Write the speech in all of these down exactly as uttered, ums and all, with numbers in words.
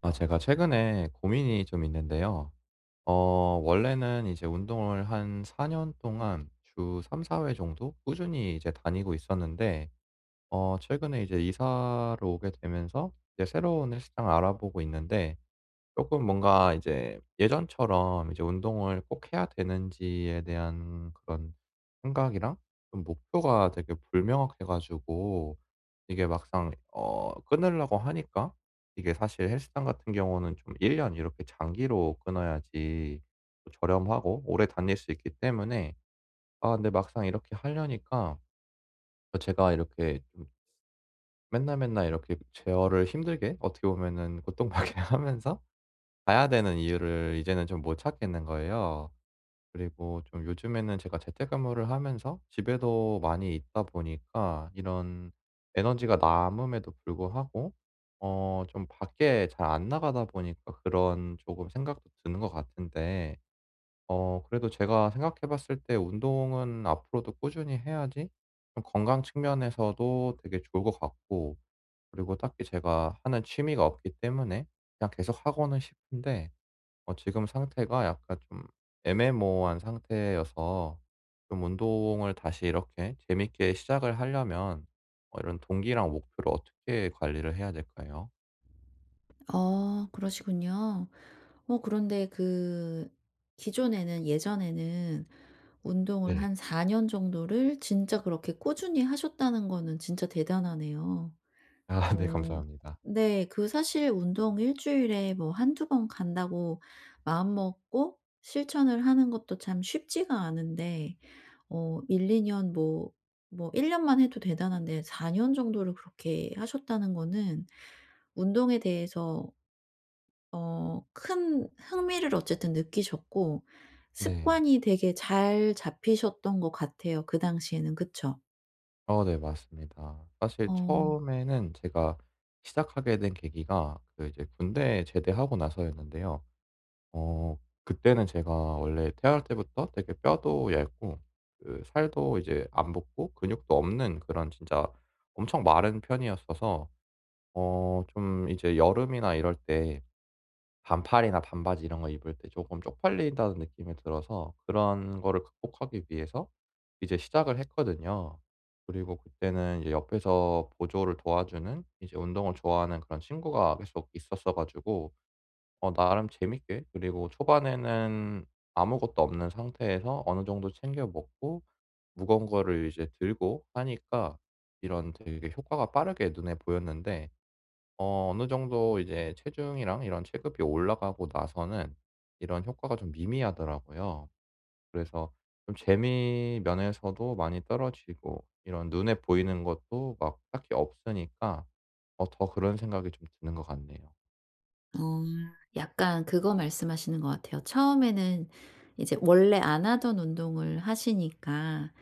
아, 제가 최근에 고민이 좀 있는데요. 어, 원래는 이제 운동을 한 사 년 동안 주 삼, 사 회 정도 꾸준히 이제 다니고 있었는데, 어, 최근에 이제 이사를 오게 되면서 이제 새로운 헬스장을 알아보고 있는데, 조금 뭔가 이제 예전처럼 이제 운동을 꼭 해야 되는지에 대한 그런 생각이랑 좀 목표가 되게 불명확해 가지고 이게 막상 어 끊으려고 하니까 이게 사실 헬스장 같은 경우는 좀 일 년 이렇게 장기로 끊어야지 또 저렴하고 오래 다닐 수 있기 때문에 아, 근데 막상 이렇게 하려니까 어 제가 이렇게 좀 맨날, 맨날 이렇게 제어를 힘들게 어떻게 보면은 고통받게 하면서 가야 되는 이유를 이제는 좀 못 찾겠는 거예요. 그리고 좀 요즘에는 제가 재택근무를 하면서 집에도 많이 있다 보니까 이런 에너지가 남음에도 불구하고 어 좀 밖에 잘 안 나가다 보니까 그런 조금 생각도 드는 것 같은데, 어 그래도 제가 생각해 봤을 때 운동은 앞으로도 꾸준히 해야지 좀 건강 측면에서도 되게 좋을 것 같고, 그리고 딱히 제가 하는 취미가 없기 때문에 그냥 계속하고는 싶은데 어 지금 상태가 약간 좀 애매모호한 상태여서 좀 운동을 다시 이렇게 재밌게 시작을 하려면 어 이런 동기랑 목표를 어떻게 관리를 해야 될까요? 어 그러시군요. 어 그런데 그 기존에는 예전에는 운동을 네. 한 사 년 정도를 진짜 그렇게 꾸준히 하셨다는 거는 진짜 대단하네요. 아, 네, 어, 감사합니다. 네. 그 사실 운동 일 주일에 뭐 한두 번 간다고 마음 먹고 실천을 하는 것도 참 쉽지가 않은데 어 1-2 년 뭐 뭐 일 년만 해도 대단한데 사 년 정도를 그렇게 하셨다는 거는 운동에 대해서 어 큰 흥미를 어쨌든 느끼셨고 네. 습관이 되게 잘 잡히셨던 것 같아요, 그 당시에는. 그쵸? 어 네, 맞습니다. 사실 어. 처음에는 제가 시작하게 된 계기가 그 이제 군대 제대하고 나서였는데요. 어 그때는 제가 원래 태어날 때부터 되게 뼈도 얇고 그 살도 이제 안 붙고 근육도 없는 그런 진짜 엄청 마른 편이었어서 어 좀 이제 여름이나 이럴 때 반팔이나 반바지 이런 거 입을 때 조금 쪽팔린다는 느낌이 들어서 그런 거를 극복하기 위해서 이제 시작을 했거든요. 그리고 그때는 이제 옆에서 보조를 도와주는 이제 운동을 좋아하는 그런 친구가 계속 있었어 가지고 어 나름 재밌게, 그리고 초반에는 아무것도 없는 상태에서 어느 정도 챙겨 먹고 무거운 거를 이제 들고 하니까 이런 되게 효과가 빠르게 눈에 보였는데, 어 어느 정도 이제 체중이랑 이런 체급이 올라가고 나서는 이런 효과가 좀 미미하더라고요. 그래서 좀 재미 면에서도 많이 떨어지고 이런 눈에 보이는 것도 막 딱히 없으니까 어 더 그런 생각이 좀 드는 것 같네요. 어 약간 그거 말씀하시는 것 같아요. 처음에는 이제 원래 안 하던 운동을 하시니까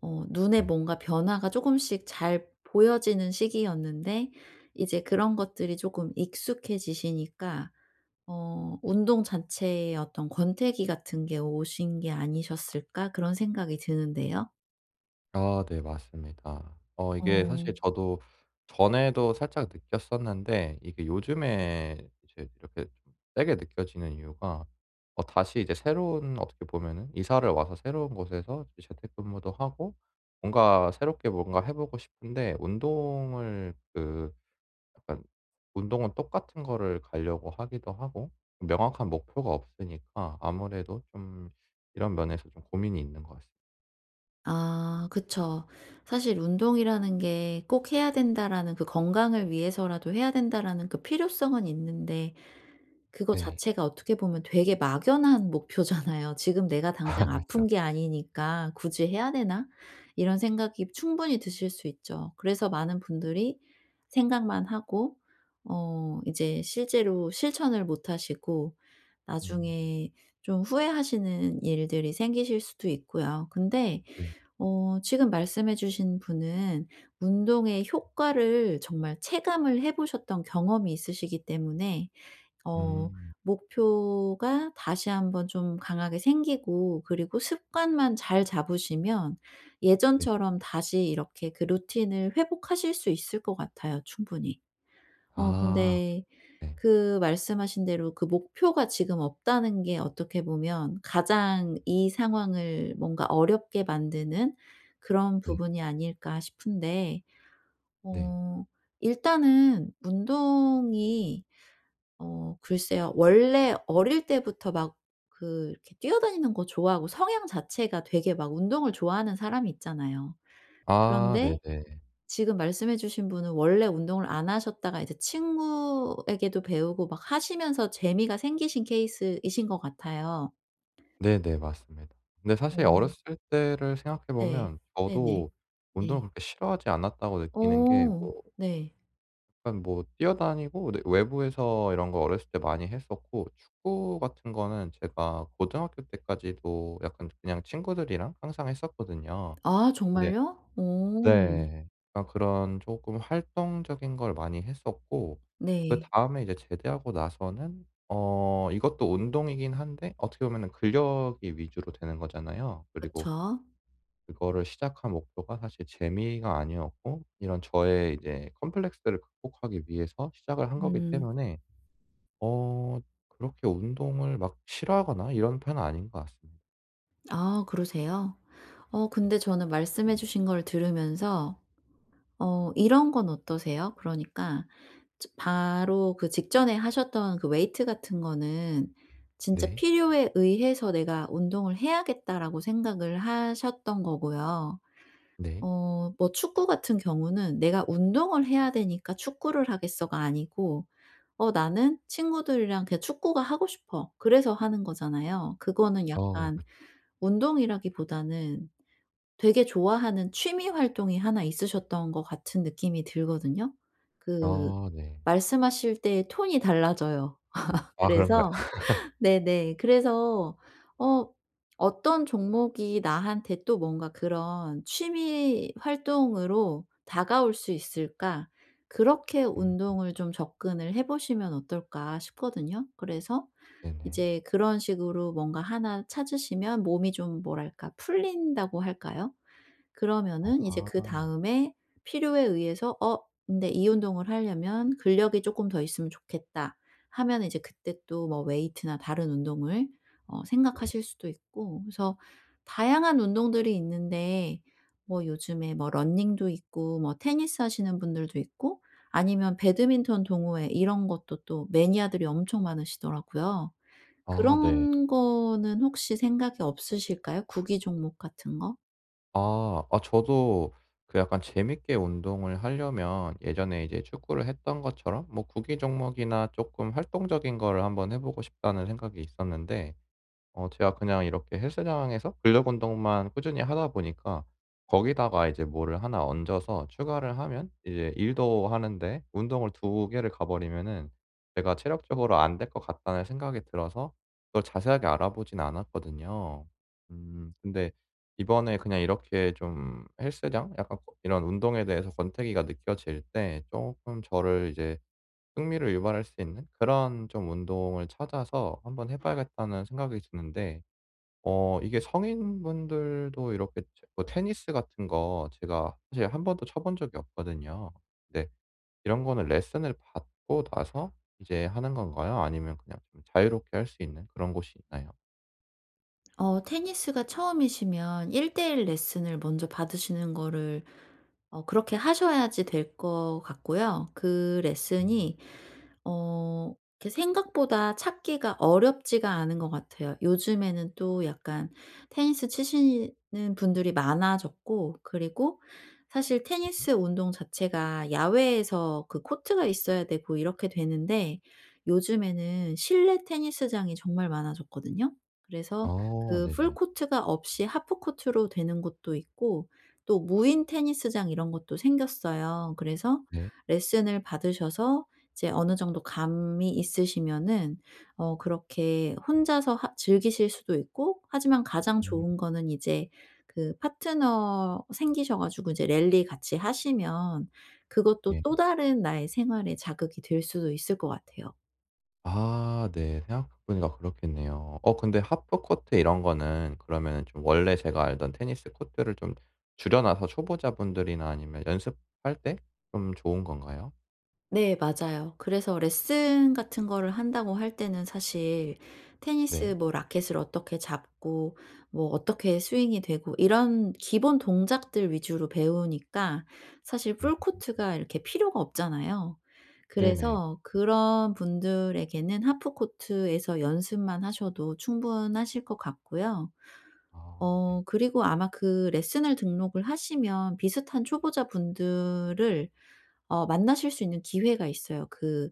어 눈에 네. 뭔가 변화가 조금씩 잘 보여지는 시기였는데, 이제 그런 것들이 조금 익숙해지시니까 어 '운동 자체의 어떤 권태기 같은 게 오신 게 아니셨을까?' 그런 생각이 드는데요. 아, 네, 맞습니다. 어 이게 어. 사실 저도 전에도 살짝 느꼈었는데 이게 요즘에 이제 이렇게 좀 세게 느껴지는 이유가, 어 다시 이제 새로운, 어떻게 보면은 이사를 와서 새로운 곳에서 이제 재택근무도 하고 뭔가 새롭게 뭔가 해 보고 싶은데 운동을 그 약간 운동은 똑같은 거를 가려고 하기도 하고 명확한 목표가 없으니까 아무래도 좀 이런 면에서 좀 고민이 있는 것 같습니다. 아 그쵸. 사실 운동이라는 게 꼭 해야 된다라는, 그 건강을 위해서라도 해야 된다라는 그 필요성은 있는데, 그거 네. 자체가 어떻게 보면 되게 막연한 목표잖아요. '지금 내가 당장 그렇죠. 아픈 게 아니니까 굳이 해야 되나?' 이런 생각이 충분히 드실 수 있죠. 그래서 많은 분들이 생각만 하고 어 이제 실제로 실천을 못 하시고 음. 나중에 좀 후회하시는 일들이 생기실 수도 있고요. 근데 네. 어 지금 말씀해 주신 분은 운동의 효과를 정말 체감을 해 보셨던 경험이 있으시기 때문에 어 음. 목표가 다시 한번 좀 강하게 생기고, 그리고 습관만 잘 잡으시면 네. 예전처럼 다시 이렇게 그 루틴을 회복하실 수 있을 것 같아요, 충분히. 어 아, 근데 네. 그 말씀하신 대로 그 목표가 지금 없다는 게 어떻게 보면 가장 이 상황을 뭔가 어렵게 만드는 그런 네. 부분이 아닐까 싶은데 네. 어 일단은 운동이, 어 글쎄요. 원래 어릴 때부터 막 그 이렇게 뛰어다니는 거 좋아하고 성향 자체가 되게 막 운동을 좋아하는 사람이 있잖아요. 아, 그런데 네네. 지금 말씀해 주신 분은 원래 운동을 안 하셨다가 이제 친구에게도 배우고 막 하시면서 재미가 생기신 케이스이신 것 같아요. 네네, 맞습니다. 근데 사실 어. 어렸을 때를 생각해 네. 보면 네네. 저도 운동을 네. 그렇게 싫어하지 않았다고 느끼는 게, 뭐 어 네. 약간 뭐 뛰어다니고, 네, 외부에서 이런 거 어렸을 때 많이 했었고, 축구 같은 거는 제가 고등학교 때까지도 약간 그냥 친구들이랑 항상 했었거든요. 아 근데 정말요? 어. 네. 그러니까 그런 쪼끔 활동적인 걸 많이 했었고, 네. 그다음에 이제 제대하고 나서는, 어 이것도 운동이긴 한데 어떻게 보면은 근력이 위주로 되는 거잖아요. 그리고 그쵸. 그거를 시작한 목표가 사실 재미가 아니었고 이런 저의 이제 컴플렉스를 극복하기 위해서 시작을 한 거기 음. 때문에 어 그렇게 운동을 막 싫어하거나 이런 편은 아닌 것 같습니다. 아 그러세요? 어 네. 근데 저는 말씀해 주신 걸 들으면서 어 이런 건 어떠세요? 그러니까 저 바로 그 직전에 하셨던 그 웨이트 같은 거는 진짜 네. 필요에 의해서 '내가 운동을 해야겠다.'라고 생각을 하셨던 거고요. 네. 어 뭐 축구 같은 경우는 '내가 운동을 해야 되니까 축구를 하겠어.'가 아니고 '어 나는 친구들이랑 그냥 축구가 하고 싶어.' 그래서 하는 거잖아요. 그거는 어. 약간 그 운동이라기보다는 되게 좋아하는 취미 활동이 하나 있으셨던 것 같은 느낌이 들거든요. 그 아, 네. 말씀하실 때 톤이 달라져요. 아, 그런가요? 그래서 네네. 그래서 어 어떤 종목이 나한테 또 뭔가 그런 취미 활동으로 다가올 수 있을까? 그렇게 음. 운동을 좀 접근을 해 보시면 어떨까 싶거든요. 그래서 네네. 이제 그런 식으로 뭔가 하나 찾으시면 몸이 좀 뭐랄까 풀린다고 할까요? 그러면은 이제 아, 그다음에 필요에 의해서 '어 근데 이 운동을 하려면 근력이 조금 더 있으면 좋겠다.' 하면 이제 그때 또 뭐 웨이트나 다른 운동을 어 네. 생각하실 수도 있고. 그래서 다양한 운동들이 있는데 뭐 요즘에 뭐 러닝도 있고, 뭐 테니스 하시는 분들도 있고, 아니면 배드민턴 동호회 이런 것도 또 매니아들이 엄청 많으시더라고요. 아, 네. 그런 거는 혹시 생각이 없으실까요? 구기 종목 같은 거? 아, 아, 저도 그 약간 재밌게 운동을 하려면 예전에 이제 축구를 했던 것처럼 뭐 구기 종목이나 쪼끔 활동적인 거를 한번 해 보고 싶다는 생각이 있었는데 어 제가 그냥 이렇게 헬스장에서 근력 운동만 꾸준히 하다 보니까 거기다가 이제 뭐를 하나 얹어서 추가를 하면 이제 일도 하는데 운동을 두 개를 가 버리면은 제가 '체력적으로 안 될 것 같다.'는 생각이 들어서 그걸 자세하게 알아보진 않았거든요. 음 근데 이번에 그냥 이렇게 좀 헬스장 약간 거- 이런 운동에 대해서 권태기가 느껴질 때 조금 저를 이제 흥미를 유발할 수 있는 그런 좀 운동을 찾아서 한번 해 봐야겠다는 생각이 드는데, 어 이게 성인분들도 이렇게 체 뭐 테니스 같은 거 제가 사실 한 번도 쳐본 적이 없거든요. 근데 이런 거는 레슨을 받고 나서 이제 하는 건가요? 아니면 그냥 좀 자유롭게 할 수 있는 그런 곳이 있나요? 어 테니스가 처음이시면 일대일 레슨을 먼저 받으시는 거를 어 그렇게 하셔야지 될 것 같고요. 그 음. 레슨이 어 이렇게 생각보다 찾기가 어렵지가 않은 것 같아요. 요즘에는 또 약간 테니스 치시는 분들이 많아졌고, 그리고 사실 음, 네. 테니스 운동 자체가 야외에서 그 코트가 있어야 되고 이렇게 되는데, 요즘에는 실내 테니스장이 정말 많아졌거든요. 그래서 아, 그 풀 네네. 코트가 없이 하프 코트로 되는 곳도 있고, 또 무인 테니스장 이런 것도 생겼어요. 그래서 네. 레슨을 받으셔서 이제 어느 정도 감이 있으시면은 어 그렇게 혼자서 하 즐기실 수도 있고, 하지만 가장 음, 좋은 거는 이제 그 파트너 생기셔 가지고 이제 랠리 같이 하시면 그것도 예. 또 다른 나의 생활에 자극이 될 수도 있을 것 같아요. 아, 네. 생각해 보니까 그렇겠네요. 어 근데 하프 코트 이런 거는 그러면은 좀 원래 제가 알던 테니스 코트를 좀 줄여 놔서 초보자분들이나 아니면 연습할 때 좀 좋은 건가요? 네, 맞아요. 그래서 레슨 같은 거를 한다고 할 때는 사실 네. 테니스 뭐 라켓을 어떻게 잡고 뭐 어떻게 스윙이 되고 이런 기본 동작들 위주로 배우니까 사실 음. 풀코트가 이렇게 필요가 없잖아요. 네네. 그래서 그런 분들에게는 하프코트에서 연습만 하셔도 충분하실 것 같고요. 아, 네. 어 그리고 아마 그 레슨을 등록을 하시면 비슷한 초보자분들을 어 만나실 수 있는 기회가 있어요. 그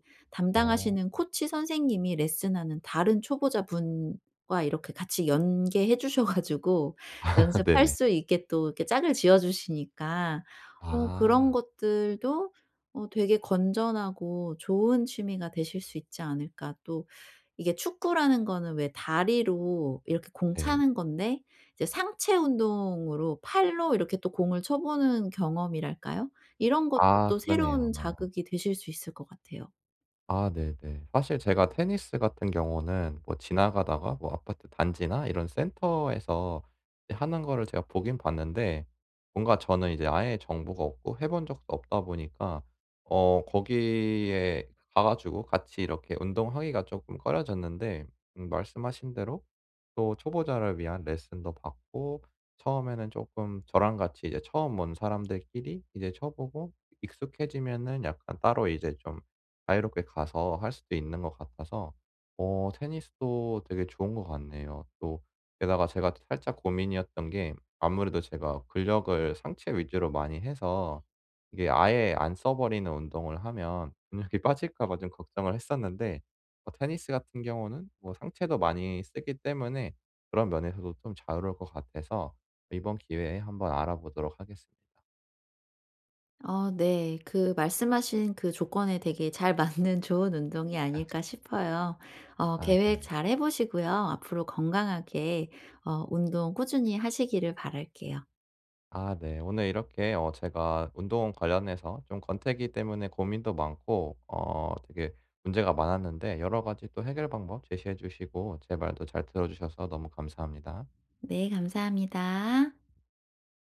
어. 담당하시는 코치 선생님이 레슨하는 다른 초보자분과 이렇게 같이 연계해 주셔 가지고 연습할 네네. 수 있게 또 이렇게 짝을 지어 주시니까 어 그런 아, 것들도 어 되게 건전하고 좋은 취미가 되실 수 있지 않을까. 또 이게 축구라는 거는 왜 다리로 이렇게 공 네. 차는 건데, 이제 상체 운동으로 팔로 이렇게 또 공을 쳐 보는 경험이랄까요? 이런 것도 아, 또 그러네요. 새로운 자극이 되실 수 있을 것 같아요. 아, 네네. 사실 제가 테니스 같은 경우는 뭐 지나가다가 뭐 아파트 단지나 이런 센터에서 하는 거를 제가 보긴 봤는데 뭔가 저는 이제 아예 정보가 없고 해본 적도 없다 보니까 어 거기에 가 가지고 같이 이렇게 운동하기가 조금 꺼려졌는데, 음 말씀하신 대로 또 초보자를 위한 레슨도 받고 처음에는 조금 저랑 같이 이제 처음 온 사람들끼리 이제 쳐보고 익숙해지면은 약간 따로 이제 좀 자유롭게 가서 할 수도 있는 것 같아서 어 테니스도 되게 좋은 것 같네요. 또 게다가 제가 살짝 고민이었던 게 아무래도 제가 근력을 상체 위주로 많이 해서 이게 아예 안 써 버리는 운동을 하면 근육이 빠질까 봐 좀 걱정을 했었는데 어 테니스 같은 경우는 뭐 상체도 많이 쓰기 때문에 그런 면에서도 좀 자유로울 것 같아서 이번 기회에 한번 알아보도록 하겠습니다. 어, 네. 그 말씀하신 그 조건에 되게 잘 맞는 좋은 운동이 아닐까 싶어요. 어 아, 계획 네. 잘 해 보시고요. 앞으로 건강하게 어 운동 꾸준히 하시기를 바랄게요. 아, 네. 오늘 이렇게 어 제가 운동 관련해서 좀 권태기 때문에 고민도 많고 어 되게 문제가 많았는데 여러 가지 또 해결 방법 제시해 주시고 제 말도 잘 들어 주셔서 너무 감사합니다. 네, 감사합니다.